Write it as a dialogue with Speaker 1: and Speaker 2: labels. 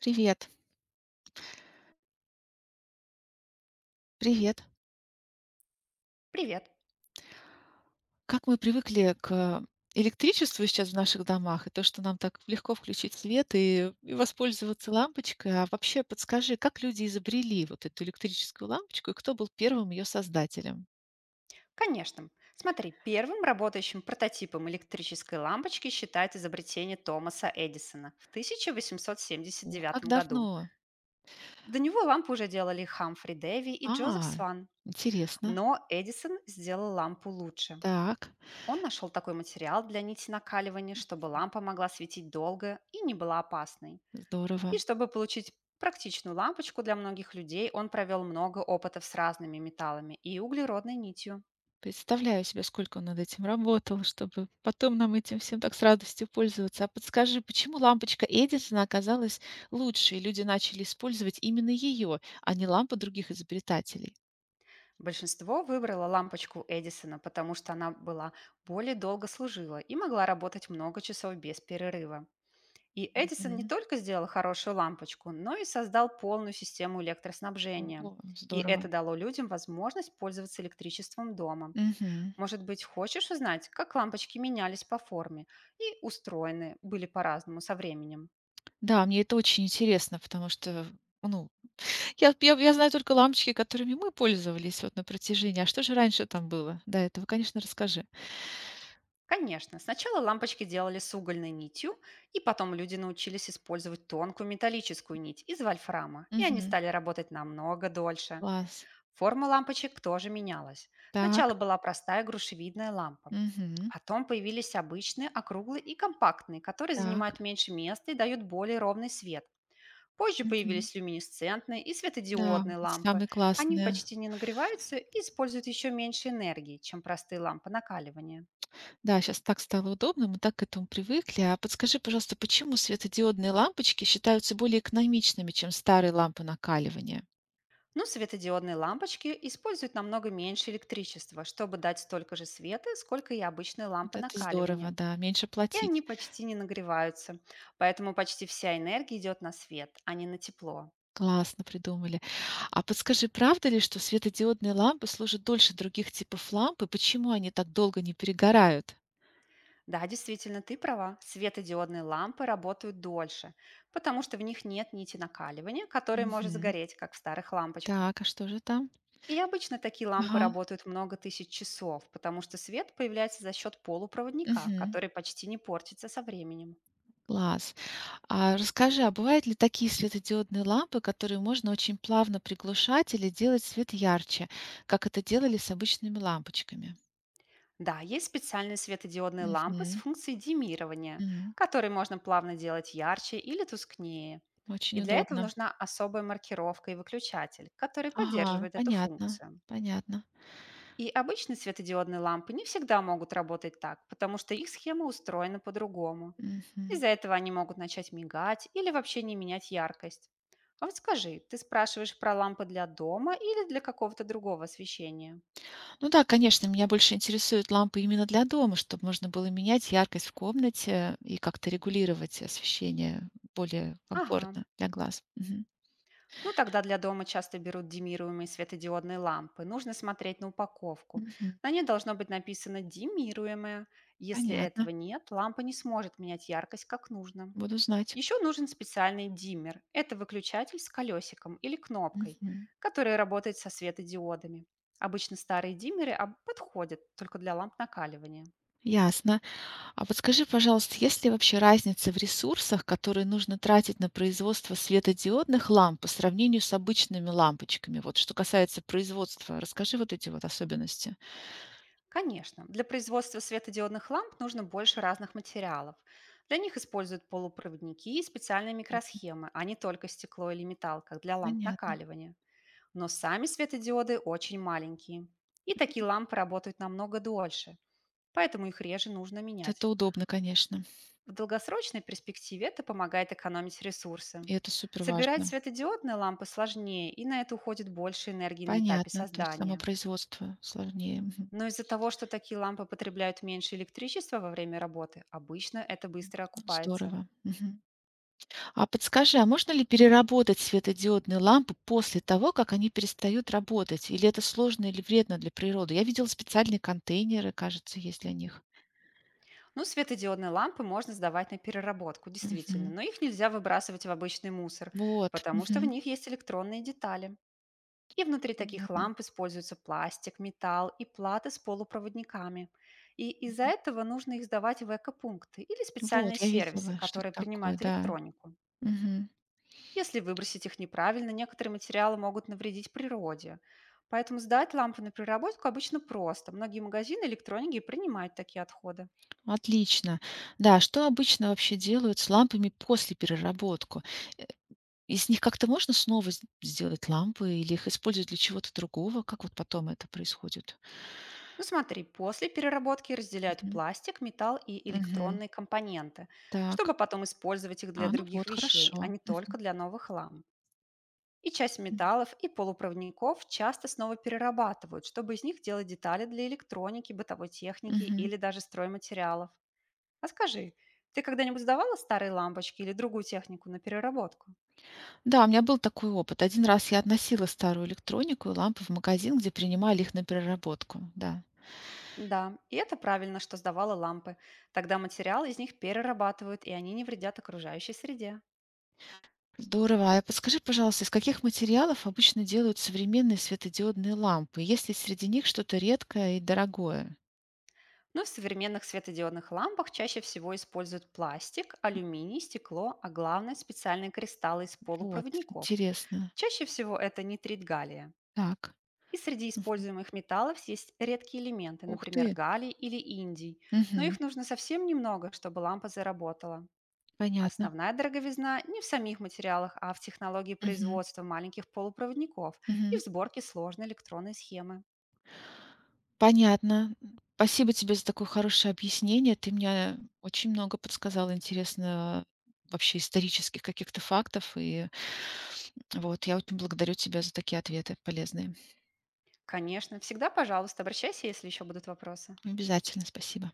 Speaker 1: Привет. Привет.
Speaker 2: Привет.
Speaker 1: Как мы привыкли к электричеству сейчас в наших домах, и то, что нам так легко включить свет и воспользоваться лампочкой. А вообще подскажи, как люди изобрели вот эту электрическую лампочку, и кто был первым ее создателем?
Speaker 2: Конечно. Смотри, первым работающим прототипом электрической лампочки считают изобретение Томаса Эдисона в
Speaker 1: Ух, как
Speaker 2: 1879 году.
Speaker 1: давно?
Speaker 2: До него лампу уже делали Хамфри Дэви и Джозеф
Speaker 1: А,
Speaker 2: Сван.
Speaker 1: интересно.
Speaker 2: Но Эдисон сделал лампу лучше.
Speaker 1: Так,
Speaker 2: Он нашел такой материал для нити накаливания, чтобы лампа могла светить долго и не была опасной. И
Speaker 1: здорово.
Speaker 2: чтобы получить практичную лампочку для многих людей, он провел много опытов с разными металлами и углеродной нитью.
Speaker 1: Представляю себе, сколько он над этим работал, чтобы потом нам этим всем так с радостью пользоваться. А подскажи, почему лампочка Эдисона оказалась лучше, и люди начали использовать именно ее, а не лампы других изобретателей?
Speaker 2: Большинство выбрало лампочку Эдисона, потому что она была более долго служила и могла работать много часов без перерыва. И Эдисон не
Speaker 1: Мгм.
Speaker 2: только сделал хорошую лампочку, но и создал полную систему электроснабжения.
Speaker 1: О,
Speaker 2: И
Speaker 1: здорово.
Speaker 2: это дало людям возможность пользоваться электричеством дома.
Speaker 1: Мгм.
Speaker 2: Может быть, хочешь узнать, как лампочки менялись по форме и устроены были по-разному со временем?
Speaker 1: Да, мне это очень интересно, потому что, ну, я знаю только лампочки, которыми мы пользовались вот на протяжении. А что же раньше там было до этого? Конечно, расскажи.
Speaker 2: Конечно, сначала лампочки делали с угольной нитью, и потом люди научились использовать тонкую металлическую нить из вольфрама, и они
Speaker 1: Мгм.
Speaker 2: стали работать намного дольше.
Speaker 1: Класс.
Speaker 2: Форма лампочек тоже менялась.
Speaker 1: Так.
Speaker 2: Сначала была простая грушевидная лампа,
Speaker 1: Мгм.
Speaker 2: потом появились обычные, округлые и компактные, которые занимают
Speaker 1: Так.
Speaker 2: меньше места и дают более ровный свет. Позже
Speaker 1: Мгм.
Speaker 2: появились люминесцентные и
Speaker 1: Да,
Speaker 2: светодиодные
Speaker 1: вот эти
Speaker 2: лампы.
Speaker 1: самые
Speaker 2: Они
Speaker 1: классные.
Speaker 2: почти не нагреваются и используют еще меньше энергии, чем простые лампы накаливания.
Speaker 1: Да, сейчас так стало удобно, мы так к этому привыкли. А подскажи, пожалуйста, почему светодиодные лампочки считаются более экономичными, чем старые лампы накаливания?
Speaker 2: Но светодиодные лампочки используют намного меньше электричества, чтобы дать столько же света, сколько и обычные лампы
Speaker 1: Вот это здорово,
Speaker 2: накаливания.
Speaker 1: да, меньше
Speaker 2: И они
Speaker 1: платить.
Speaker 2: почти не нагреваются, поэтому почти вся энергия идет на свет, а не на тепло.
Speaker 1: Классно придумали. А подскажи, правда ли, что светодиодные лампы служат дольше других типов ламп, и почему они так долго не перегорают?
Speaker 2: Да, действительно, ты права, светодиодные лампы работают дольше, потому что в них нет нити накаливания, которая может
Speaker 1: Мгм.
Speaker 2: сгореть, как в старых лампочках.
Speaker 1: Так, а что же там?
Speaker 2: И обычно такие лампы
Speaker 1: Ага.
Speaker 2: работают много тысяч часов, потому что свет появляется за счет полупроводника,
Speaker 1: Мгм.
Speaker 2: который почти не портится со временем.
Speaker 1: Класс. А расскажи, а бывают ли такие светодиодные лампы, которые можно очень плавно приглушать или делать свет ярче, как это делали с обычными лампочками?
Speaker 2: Да, есть специальные светодиодные лампы с
Speaker 1: Мгм.
Speaker 2: функцией димирования,
Speaker 1: М.
Speaker 2: которые можно плавно делать ярче или тускнее. И
Speaker 1: Очень
Speaker 2: для этого
Speaker 1: удобно.
Speaker 2: нужна особая маркировка и выключатель, который
Speaker 1: Ага,
Speaker 2: поддерживает эту
Speaker 1: понятно,
Speaker 2: функцию.
Speaker 1: понятно.
Speaker 2: И обычные светодиодные лампы не всегда могут работать так, потому что их схема устроена по-другому.
Speaker 1: Мгм.
Speaker 2: Из-за этого они могут начать мигать или вообще не менять яркость. А вот скажи, ты спрашиваешь про лампы для дома или для какого-то другого освещения?
Speaker 1: Ну да, конечно, меня больше интересуют лампы именно для дома, чтобы можно было менять яркость в комнате и как-то регулировать освещение более
Speaker 2: Ага.
Speaker 1: комфортно для глаз. Мгм.
Speaker 2: Ну, тогда для дома часто берут димируемые светодиодные лампы. Нужно смотреть на упаковку.
Speaker 1: Мгм.
Speaker 2: На ней должно быть написано «демируемая». Если этого
Speaker 1: Понятно,
Speaker 2: нет, лампа не сможет менять яркость как нужно.
Speaker 1: буду знать.
Speaker 2: Еще нужен специальный диммер. Это выключатель с колесиком или кнопкой,
Speaker 1: Мгм.
Speaker 2: который работает со светодиодами. Обычно старые диммеры подходят только для ламп накаливания.
Speaker 1: Ясно. А подскажи, пожалуйста, есть ли вообще разница в ресурсах, которые нужно тратить на производство светодиодных ламп по сравнению с обычными лампочками? Вот что касается производства, расскажи вот эти вот особенности.
Speaker 2: Конечно, для производства светодиодных ламп нужно больше разных материалов. Для них используют полупроводники и специальные
Speaker 1: М.
Speaker 2: микросхемы, а не только стекло или металл, как для ламп
Speaker 1: Понятно.
Speaker 2: накаливания. Но сами светодиоды очень маленькие. И
Speaker 1: М.
Speaker 2: такие лампы работают намного дольше, поэтому их реже нужно
Speaker 1: Это
Speaker 2: менять.
Speaker 1: удобно, конечно,
Speaker 2: В долгосрочной перспективе это помогает экономить ресурсы.
Speaker 1: и это супер
Speaker 2: Собирать
Speaker 1: важно.
Speaker 2: светодиодные лампы сложнее, и на это уходит больше энергии на этапе
Speaker 1: Понятно, то есть само
Speaker 2: создания.
Speaker 1: производство сложнее. Мгм.
Speaker 2: Но из-за того, что такие лампы потребляют меньше электричества во время работы, обычно это быстро окупается.
Speaker 1: Здорово. Мгм. А подскажи, а можно ли переработать светодиодные лампы после того, как они перестают работать? Или это сложно или вредно для природы? Я видела специальные контейнеры, кажется, есть для них.
Speaker 2: Ну, светодиодные лампы можно сдавать на переработку, действительно,
Speaker 1: Мгм.
Speaker 2: но их нельзя выбрасывать в обычный мусор,
Speaker 1: Вот.
Speaker 2: потому что в
Speaker 1: Мгм.
Speaker 2: них есть электронные детали. И внутри таких
Speaker 1: Понятно.
Speaker 2: ламп используются пластик, металл и платы с полупроводниками. И из-за
Speaker 1: Мгм.
Speaker 2: этого нужно их сдавать в экопункты или
Speaker 1: Вот,
Speaker 2: специальные
Speaker 1: я
Speaker 2: сервисы,
Speaker 1: видела что-то
Speaker 2: которые
Speaker 1: такое,
Speaker 2: принимают
Speaker 1: да.
Speaker 2: электронику.
Speaker 1: Мгм.
Speaker 2: Если выбросить их неправильно, некоторые материалы могут навредить природе. Поэтому сдать лампы на переработку обычно просто. Многие магазины электроники принимают такие отходы.
Speaker 1: Отлично. Да, что обычно вообще делают с лампами после переработку? Э, Из них как-то можно снова сделать лампы или их используют для чего-то другого? Как вот потом это происходит?
Speaker 2: Ну смотри, после переработки разделяют
Speaker 1: Мгм.
Speaker 2: пластик, металл и
Speaker 1: Мгм.
Speaker 2: электронные компоненты, чтобы
Speaker 1: Так.
Speaker 2: потом использовать их для
Speaker 1: А, ну
Speaker 2: других
Speaker 1: вот,
Speaker 2: вещей, а
Speaker 1: хорошо.
Speaker 2: не только
Speaker 1: Мгм.
Speaker 2: для новых ламп. И часть
Speaker 1: Мгм.
Speaker 2: металлов и полупроводников часто снова перерабатывают, чтобы из них делать детали для электроники, бытовой техники
Speaker 1: Мгм.
Speaker 2: или даже стройматериалов. А скажи, ты когда-нибудь сдавала старые лампочки или другую технику на переработку?
Speaker 1: Да, у меня был такой опыт. Один раз я относила старую электронику и лампы в магазин, где принимали их на переработку. Да.
Speaker 2: Да, и это правильно, что сдавала лампы. Тогда материал из них перерабатывают, и они не вредят окружающей среде.
Speaker 1: Здорово. А подскажи, пожалуйста, из каких материалов обычно делают современные светодиодные лампы? Есть ли среди них что-то редкое и дорогое?
Speaker 2: Но в современных светодиодных лампах чаще всего используют пластик, алюминий, стекло, а главное– специальные кристаллы из
Speaker 1: Вот,
Speaker 2: полупроводников.
Speaker 1: интересно.
Speaker 2: Чаще всего это нитрит галлия.
Speaker 1: Так.
Speaker 2: И среди
Speaker 1: Мгм.
Speaker 2: используемых металлов есть редкие элементы,
Speaker 1: Ух
Speaker 2: например,
Speaker 1: ты.
Speaker 2: галлий или индий, но
Speaker 1: Мгм.
Speaker 2: их нужно совсем немного, чтобы лампа заработала.
Speaker 1: Понятно.
Speaker 2: Основная дороговизна не в самих материалах, а в технологии
Speaker 1: Мгм.
Speaker 2: производства маленьких полупроводников и в
Speaker 1: Мгм.
Speaker 2: сборке сложной электронной схемы.
Speaker 1: Понятно. Спасибо тебе за такое хорошее объяснение. Ты мне очень много подсказал интересного вообще исторических каких-то фактов. И вот я очень благодарю тебя за такие ответы полезные.
Speaker 2: Конечно, всегда, пожалуйста, обращайся, если еще будут вопросы.
Speaker 1: Обязательно, спасибо.